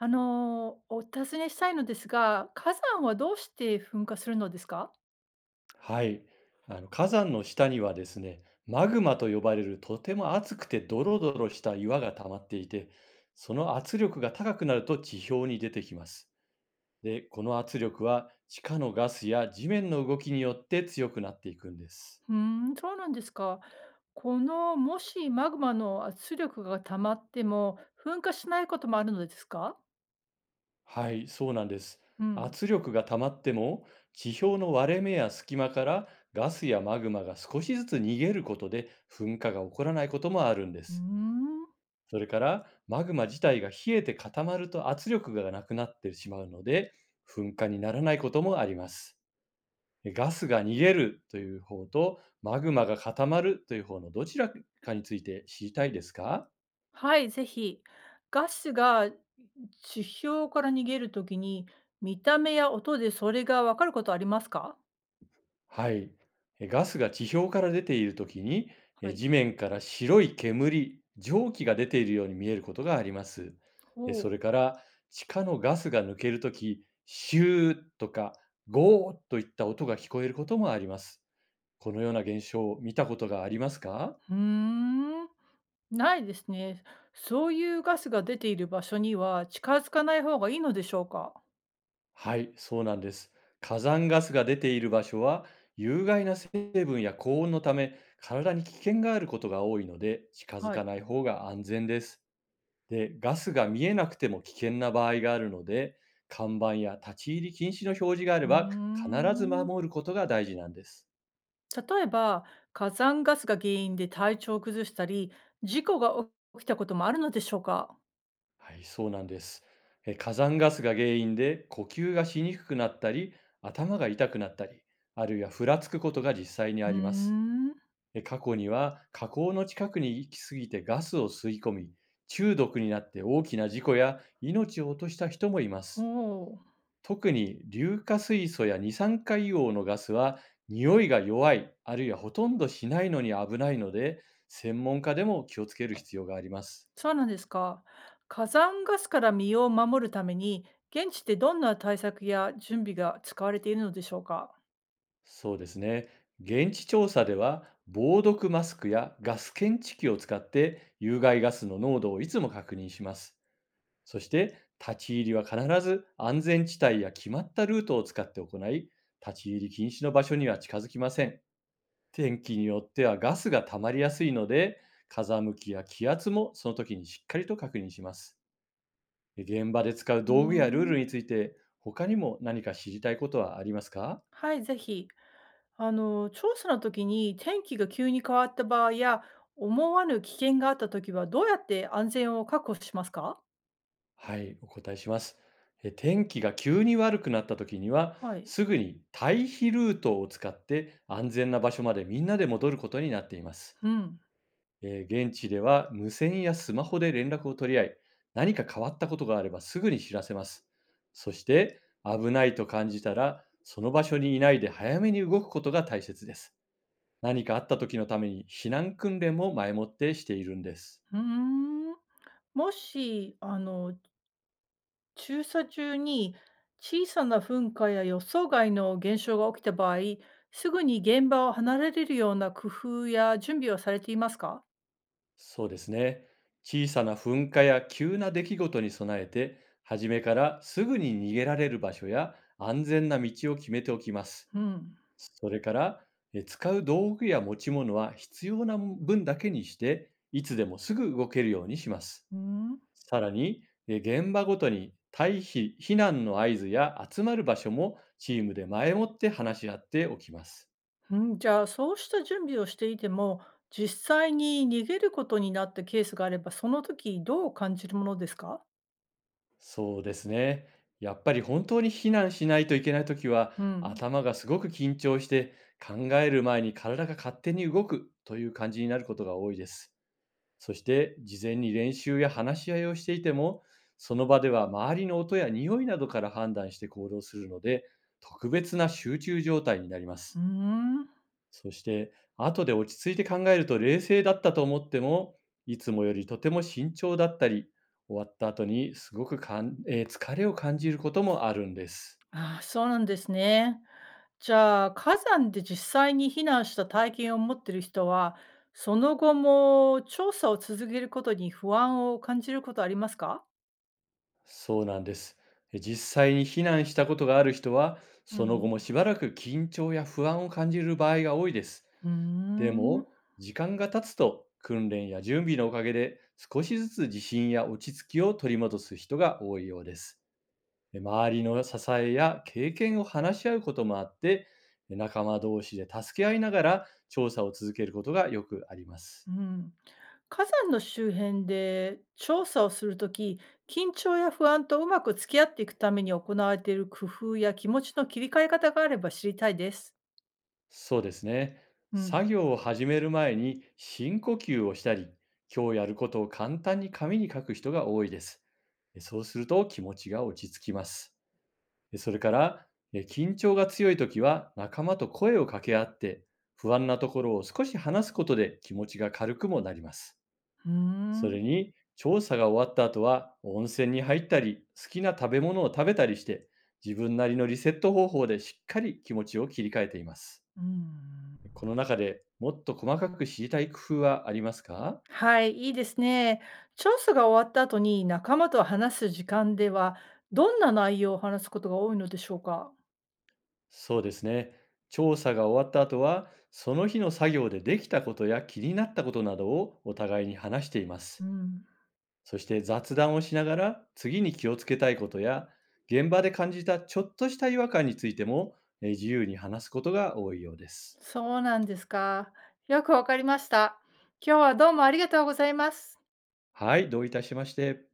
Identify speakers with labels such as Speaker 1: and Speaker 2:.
Speaker 1: あの、お尋ねしたいのですが、火山はどうして噴火するのですか。
Speaker 2: はい。火山の下にはですね、マグマと呼ばれるとても熱くてドロドロした岩が溜まっていて、その圧力が高くなると地表に出てきます。で、この圧力は地下のガスや地面の動きによって強くなっていくんです。
Speaker 1: うーん、そうなんですか。この、もしマグマの圧力が溜まっても、噴火しないこともあるのですか。
Speaker 2: はい、そうなんです。
Speaker 1: うん。
Speaker 2: 圧力が溜まっても、地表の割れ目や隙間からガスやマグマが少しずつ逃げることで噴火が起こらないこともあるんで
Speaker 1: うー
Speaker 2: す。
Speaker 1: ん。
Speaker 2: それから、マグマ自体が冷えて固まると圧力がなくなってしまうので、噴火にならないこともあります。ガスが逃げるという方と、マグマが固まるという方のどちらかについて知りたいですか？
Speaker 1: はい、ぜひ。ガスが地表から逃げるときに、見た目や音でそれがわかることありますか。
Speaker 2: はい。ガスが地表から出ているときに、
Speaker 1: はい。
Speaker 2: 地面から白い煙、蒸気が出ているように見えることがあります。
Speaker 1: ほ
Speaker 2: それ
Speaker 1: う。
Speaker 2: から、地下のガスが抜けるとき、シューとかゴーといった音が聞こえることもあります。このような現象を見たことがありますか？
Speaker 1: うーん。ないですね。そういうガスが出ている場所には近づかない方がいいのでしょうか？
Speaker 2: はい、そうなんです。火山ガスが出ている場所は、有害な成分や高温のため、体に危険があることが多いので、近づ
Speaker 1: は
Speaker 2: か
Speaker 1: い。
Speaker 2: ない方が安全です。で、ガスが見えなくても危険な場合があるので、看板や立ち入り禁止の表示があれ
Speaker 1: うー
Speaker 2: ば、必ず
Speaker 1: ん。
Speaker 2: 守ることが大事なんです。
Speaker 1: 例えば、火山ガスが原因で体調を崩したり、事故が起きたこともあるのでしょうか？
Speaker 2: はい、そうなんです。火山ガスが原因で呼吸がしにくくなったり、頭が痛くなったり、あるいはふらつくことが実際に
Speaker 1: う
Speaker 2: あ
Speaker 1: ー
Speaker 2: ります。
Speaker 1: ん。
Speaker 2: 過去には火口の近くに行き過ぎてガスを吸い込み、中毒になって大きな事故や命を落とした人もいます。
Speaker 1: ほう。
Speaker 2: 特に硫化水素や二酸化硫黄のガスは匂いが弱い、あるいはほとんどしないのに危ないので、専門家でも気をつける必要があります。
Speaker 1: そうなんですか。火山ガスから身を守るために、現地でどんな対策や準備が使われているのでしょうか？
Speaker 2: そうですね。現地調査では、防毒マスクやガス検知器を使って有害ガスの濃度をいつも確認します。そして、立ち入りは必ず安全地帯や決まったルートを使って行い、立ち入り禁止の場所には近づきません。天気によってはガスが溜まりやすいので、風向きや気圧もその時にしっかりと確認します。現場で使う
Speaker 1: うー
Speaker 2: 道具やルール
Speaker 1: ん。
Speaker 2: について、他にも何か知りたいことはありますか？
Speaker 1: はい、ぜひ。あの、調査の時に天気が急に変わった場合や、思わぬ危険があった時は、どうやって安全を確保しますか。
Speaker 2: はい、お答えします。天気が急に悪くなった時には、
Speaker 1: はい。
Speaker 2: すぐに退避ルートを使って安全な場所までみんなで戻ることになっています。
Speaker 1: うん。
Speaker 2: 現地では無線やスマホで連絡を取り合い、何か変わったことがあればすぐに知らせます。そして危ないと感じたら、その場所にいないで早めに動くことが大切です。何かあった時のために避難訓練も前もってしているんです。
Speaker 1: うーん。もし、あの、調査中に小さな噴火や予想外の現象が起きた場合、すぐに現場を離れれるような工夫や準備はされていますか。
Speaker 2: そうですね。小さな噴火や急な出来事に備えて、初めからすぐに逃げられる場所や安全な道を決めておきます。
Speaker 1: うん。
Speaker 2: それから、使う道具や持ち物は必要な分だけにして、いつでもすぐ動けるようにします。
Speaker 1: うん。
Speaker 2: さらに、現場ごとに退避、避難の合図や集まる場所もチームで前もって話し合っておきます。
Speaker 1: うん、じゃあ、そうした準備をしていても、実際に逃げることになったケースがあれば、その時どう感じるものですか？
Speaker 2: そうですね。やっぱり本当に避難しないといけないときは、
Speaker 1: うん。
Speaker 2: 頭がすごく緊張して、考える前に体が勝手に動くという感じになることが多いです。そして、事前に練習や話し合いをしていても、その場では周りの音や匂いなどから判断して行動するので、特別な集中状態になりま
Speaker 1: うー
Speaker 2: す。
Speaker 1: ん。
Speaker 2: そして、後で落ち着いて考えると冷静だったと思っても、いつもよりとても慎重だったり、終わった後にすごくかん、えー疲れを感じることもあるんです。
Speaker 1: ああ、そうなんですね。じゃあ、火山で実際に避難した体験を持っている人は、その後も調査を続けることに不安を感じることありますか？
Speaker 2: そうなんです。実際に避難したことがある人は、
Speaker 1: う
Speaker 2: その後も
Speaker 1: ん。
Speaker 2: しばらく緊張や不安を感じる場合が多いです。
Speaker 1: うー
Speaker 2: で
Speaker 1: ん。
Speaker 2: も、時間が経つと、訓練や準備のおかげで、少しずつ自信や落ち着きを取り戻す人が多いようです。周りの支えや経験を話し合うこともあって、仲間同士で助け合いながら調査を続けることがよくありま
Speaker 1: う
Speaker 2: す。
Speaker 1: ん、火山の周辺で調査をするとき、緊張や不安とうまく付き合っていくために行われている工夫や気持ちの切り替え方があれば知りたいです。
Speaker 2: そうですね。
Speaker 1: うん。
Speaker 2: 作業を始める前に深呼吸をしたり、今日やることを簡単に紙に書く人が多いです。そうすると気持ちが落ち着きます。それから、緊張が強い時は仲間と声を掛け合って、不安なところを少し話すことで気持ちが軽くもなります。
Speaker 1: うー
Speaker 2: そ
Speaker 1: ん。
Speaker 2: れに、調査が終わった後は温泉に入ったり、好きな食べ物を食べたりして、自分なりのリセット方法でしっかり気持ちを切り替えています。
Speaker 1: うん。
Speaker 2: この中でもっと細かく知りたい工夫はありますか？
Speaker 1: はい、いいですね。調査が終わった後に仲間と話す時間では、どんな内容を話すことが多いのでしょうか。
Speaker 2: そうですね。調査が終わった後は、その日の作業でできたことや気になったことなどをお互いに話していま
Speaker 1: う
Speaker 2: す。
Speaker 1: ん。
Speaker 2: そして雑談をしながら、次に気をつけたいことや、現場で感じたちょっとした違和感についても、自由に話すことが多いようです。
Speaker 1: そうなんですか。よくわかりました。今日はどうもありがとうございます。
Speaker 2: はい、どういたしまして。